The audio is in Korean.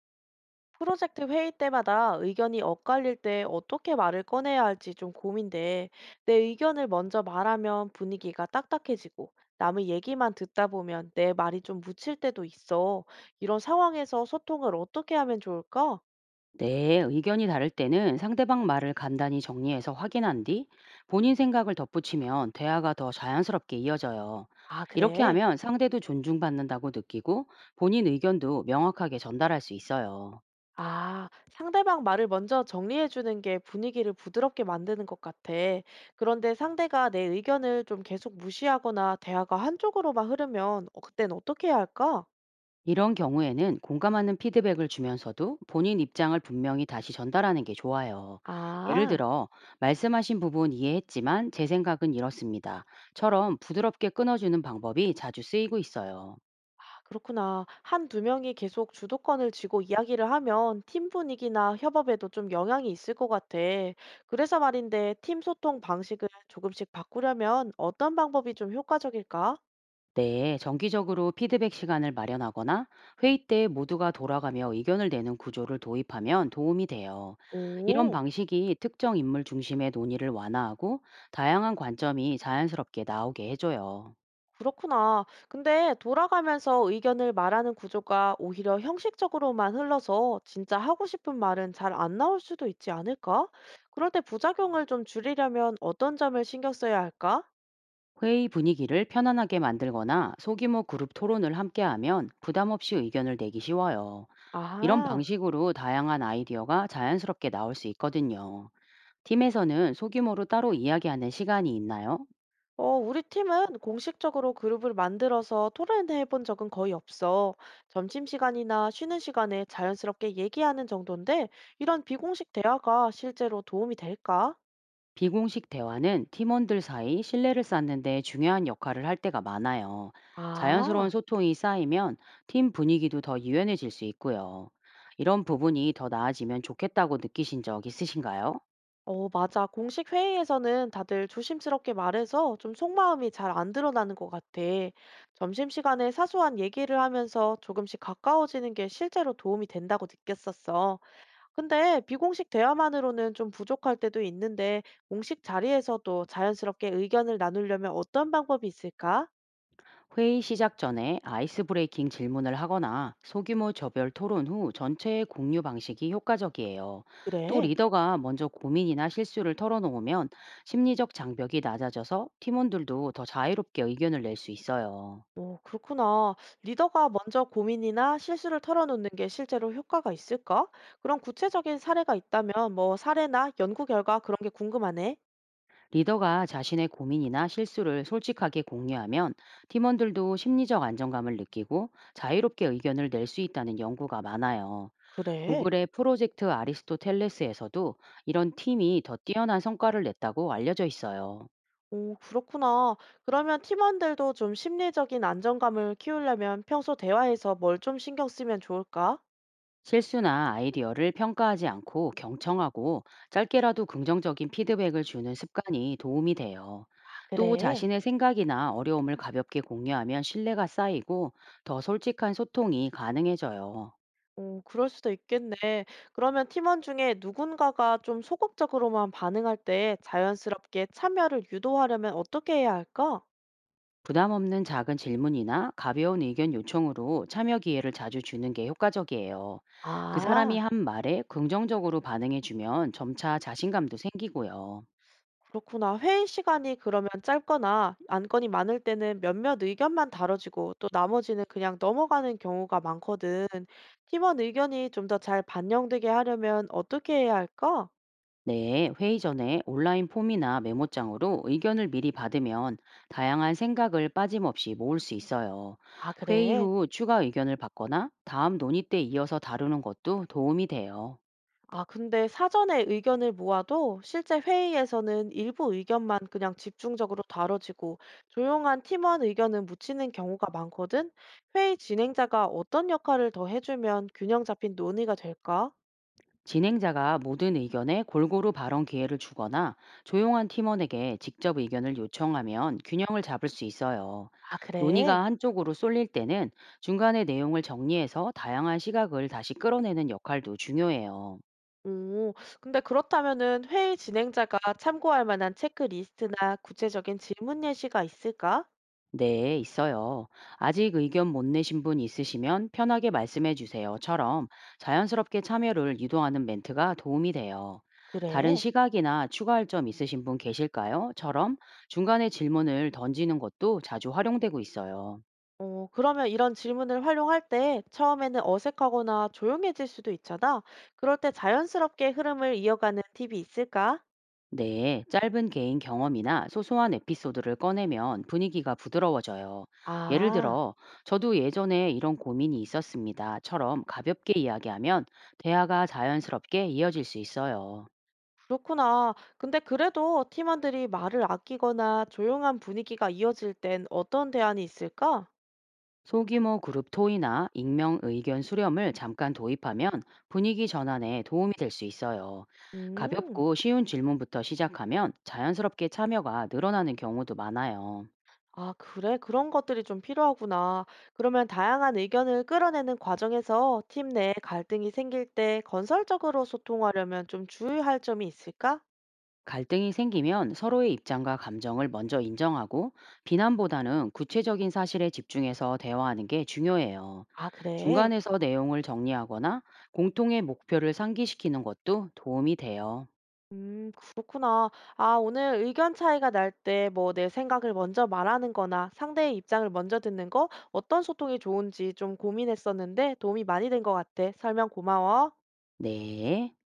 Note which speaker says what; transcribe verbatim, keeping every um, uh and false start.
Speaker 1: 프로젝트 회의 때마다 의견이 엇갈릴 때 어떻게 말을 꺼내야 할지 좀 고민돼. 내 의견을 먼저 말하면 분위기가 딱딱해지고 남의 얘기만 듣다 보면 내 말이 좀 묻힐 때도 있어. 이런 상황에서 소통을 어떻게 하면 좋을까?
Speaker 2: 네, 의견이 다를 때는 상대방 말을 간단히 정리해서 확인한 뒤 본인 생각을 덧붙이면 대화가 더 자연스럽게 이어져요.
Speaker 1: 아,
Speaker 2: 이렇게
Speaker 1: 그래.
Speaker 2: 하면 상대도 존중받는다고 느끼고 본인 의견도 명확하게 전달할 수 있어요.
Speaker 1: 아, 상대방 말을 먼저 정리해주는 게 분위기를 부드럽게 만드는 것 같아. 그런데 상대가 내 의견을 좀 계속 무시하거나 대화가 한쪽으로만 흐르면 어, 그땐 어떻게 해야 할까?
Speaker 2: 이런 경우에는 공감하는 피드백을 주면서도 본인 입장을 분명히 다시 전달하는 게 좋아요. 예를
Speaker 1: 아.
Speaker 2: 들어, "말씀하신 부분 이해했지만 제 생각은 이렇습니다." 처럼 부드럽게 끊어주는 방법이 자주 쓰이고 있어요.
Speaker 1: 그렇구나. 한두 명이 계속 주도권을 쥐고 이야기를 하면 팀 분위기나 협업에도 좀 영향이 있을 것 같아. 그래서 말인데, 팀 소통 방식을 조금씩 바꾸려면 어떤 방법이 좀 효과적일까?
Speaker 2: 네, 정기적으로 피드백 시간을 마련하거나 회의 때 모두가 돌아가며 의견을 내는 구조를 도입하면 도움이 돼요. 이런
Speaker 1: 오,
Speaker 2: 방식이 특정 인물 중심의 논의를 완화하고 다양한 관점이 자연스럽게 나오게 해줘요.
Speaker 1: 그렇구나. 근데 돌아가면서 의견을 말하는 구조가 오히려 형식적으로만 흘러서 진짜 하고 싶은 말은 잘 안 나올 수도 있지 않을까? 그럴 때 부작용을 좀 줄이려면 어떤 점을 신경 써야 할까?
Speaker 2: 회의 분위기를 편안하게 만들거나 소규모 그룹 토론을 함께하면 부담 없이 의견을 내기 쉬워요. 이런
Speaker 1: 아.
Speaker 2: 방식으로 다양한 아이디어가 자연스럽게 나올 수 있거든요. 팀에서는 소규모로 따로 이야기하는 시간이 있나요?
Speaker 1: 어, 우리 팀은 공식적으로 그룹을 만들어서 토론해 본 적은 거의 없어. 점심시간이나 쉬는 시간에 자연스럽게 얘기하는 정도인데, 이런 비공식 대화가 실제로 도움이 될까?
Speaker 2: 비공식 대화는 팀원들 사이 신뢰를 쌓는 데 중요한 역할을 할 때가 많아요. 자연스러운
Speaker 1: 아,
Speaker 2: 소통이 쌓이면 팀 분위기도 더 유연해질 수 있고요. 이런 부분이 더 나아지면 좋겠다고 느끼신 적 있으신가요?
Speaker 1: 어, 맞아. 공식 회의에서는 다들 조심스럽게 말해서 좀 속마음이 잘 안 드러나는 것 같아. 점심시간에 사소한 얘기를 하면서 조금씩 가까워지는 게 실제로 도움이 된다고 느꼈었어. 근데 비공식 대화만으로는 좀 부족할 때도 있는데, 공식 자리에서도 자연스럽게 의견을 나누려면 어떤 방법이 있을까?
Speaker 2: 회의 시작 전에 아이스 브레이킹 질문을 하거나 소규모 저별 토론 후 전체의 공유 방식이 효과적이에요. 또
Speaker 1: 그래.
Speaker 2: 리더가 먼저 고민이나 실수를 털어놓으면 심리적 장벽이 낮아져서 팀원들도 더 자유롭게 의견을 낼 수 있어요.
Speaker 1: 오, 그렇구나. 리더가 먼저 고민이나 실수를 털어놓는 게 실제로 효과가 있을까? 그런 구체적인 사례가 있다면 뭐 사례나 연구 결과 그런 게 궁금하네.
Speaker 2: 리더가 자신의 고민이나 실수를 솔직하게 공유하면 팀원들도 심리적 안정감을 느끼고 자유롭게 의견을 낼 수 있다는 연구가 많아요.
Speaker 1: 그래.
Speaker 2: 구글의 프로젝트 아리스토텔레스에서도 이런 팀이 더 뛰어난 성과를 냈다고 알려져 있어요.
Speaker 1: 오, 그렇구나. 그러면 팀원들도 좀 심리적인 안정감을 키우려면 평소 대화에서 뭘 좀 신경 쓰면 좋을까?
Speaker 2: 실수나 아이디어를 평가하지 않고 경청하고 짧게라도 긍정적인 피드백을 주는 습관이 도움이 돼요.
Speaker 1: 아,
Speaker 2: 또
Speaker 1: 그래.
Speaker 2: 자신의 생각이나 어려움을 가볍게 공유하면 신뢰가 쌓이고 더 솔직한 소통이 가능해져요.
Speaker 1: 오, 그럴 수도 있겠네. 그러면 팀원 중에 누군가가 좀 소극적으로만 반응할 때 자연스럽게 참여를 유도하려면 어떻게 해야 할까?
Speaker 2: 부담 없는 작은 질문이나 가벼운 의견 요청으로 참여 기회를 자주 주는 게 효과적이에요. 그 사람이
Speaker 1: 아,
Speaker 2: 한 말에 긍정적으로 반응해주면 점차 자신감도 생기고요.
Speaker 1: 그렇구나. 회의 시간이 그러면 짧거나 안건이 많을 때는 몇몇 의견만 다뤄지고 또 나머지는 그냥 넘어가는 경우가 많거든. 팀원 의견이 좀 더 잘 반영되게 하려면 어떻게 해야 할까?
Speaker 2: 네, 회의 전에 온라인 폼이나 메모장으로 의견을 미리 받으면 다양한 생각을 빠짐없이 모을 수 있어요.
Speaker 1: 아,
Speaker 2: 회의
Speaker 1: 그래.
Speaker 2: 후 추가 의견을 받거나 다음 논의 때 이어서 다루는 것도 도움이 돼요.
Speaker 1: 아, 근데 사전에 의견을 모아도 실제 회의에서는 일부 의견만 그냥 집중적으로 다뤄지고 조용한 팀원 의견은 묻히는 경우가 많거든. 회의 진행자가 어떤 역할을 더 해주면 균형 잡힌 논의가 될까?
Speaker 2: 진행자가 모든 의견에 골고루 발언 기회를 주거나 조용한 팀원에게 직접 의견을 요청하면 균형을 잡을 수 있어요.
Speaker 1: 아, 그래?
Speaker 2: 논의가 한쪽으로 쏠릴 때는 중간에 내용을 정리해서 다양한 시각을 다시 끌어내는 역할도 중요해요.
Speaker 1: 오, 근데 그렇다면은 회의 진행자가 참고할 만한 체크리스트나 구체적인 질문 예시가 있을까?
Speaker 2: 네, 있어요. "아직 의견 못 내신 분 있으시면 편하게 말씀해 주세요."처럼 자연스럽게 참여를 유도하는 멘트가 도움이 돼요. "다른
Speaker 1: 그래.
Speaker 2: 시각이나 추가할 점 있으신 분 계실까요?" 처럼 중간에 질문을 던지는 것도 자주 활용되고 있어요.
Speaker 1: 어, 그러면 이런 질문을 활용할 때 처음에는 어색하거나 조용해질 수도 있잖아. 그럴 때 자연스럽게 흐름을 이어가는 팁이 있을까?
Speaker 2: 네, 짧은 개인 경험이나 소소한 에피소드를 꺼내면 분위기가 부드러워져요. 예를
Speaker 1: 아,
Speaker 2: 들어, "저도 예전에 이런 고민이 있었습니다."처럼 가볍게 이야기하면 대화가 자연스럽게 이어질 수 있어요.
Speaker 1: 그렇구나. 근데 그래도 팀원들이 말을 아끼거나 조용한 분위기가 이어질 땐 어떤 대안이 있을까?
Speaker 2: 소규모 그룹 토의나 익명 의견 수렴을 잠깐 도입하면 분위기 전환에 도움이 될 수 있어요.
Speaker 1: 음,
Speaker 2: 가볍고 쉬운 질문부터 시작하면 자연스럽게 참여가 늘어나는 경우도 많아요.
Speaker 1: 아, 그래. 그런 것들이 좀 필요하구나. 그러면 다양한 의견을 끌어내는 과정에서 팀 내 갈등이 생길 때 건설적으로 소통하려면 좀 주의할 점이 있을까?
Speaker 2: 갈등이 생기면 서로의 입장과 감정을 먼저 인정하고 비난보다는 구체적인 사실에 집중해서 대화하는 게 중요해요.
Speaker 1: 아, 그래.
Speaker 2: 중간에서 내용을 정리하거나 공통의 목표를 상기시키는 것도 도움이 돼요.
Speaker 1: 음, 그렇구나. 아, 오늘 의견 차이가 날 때 뭐 내 생각을 먼저 말하는 거나 상대의 입장을 먼저 듣는 거 어떤 소통이 좋은지 좀 고민했었는데 도움이 많이 된 것 같아. 설명 고마워.
Speaker 2: 네.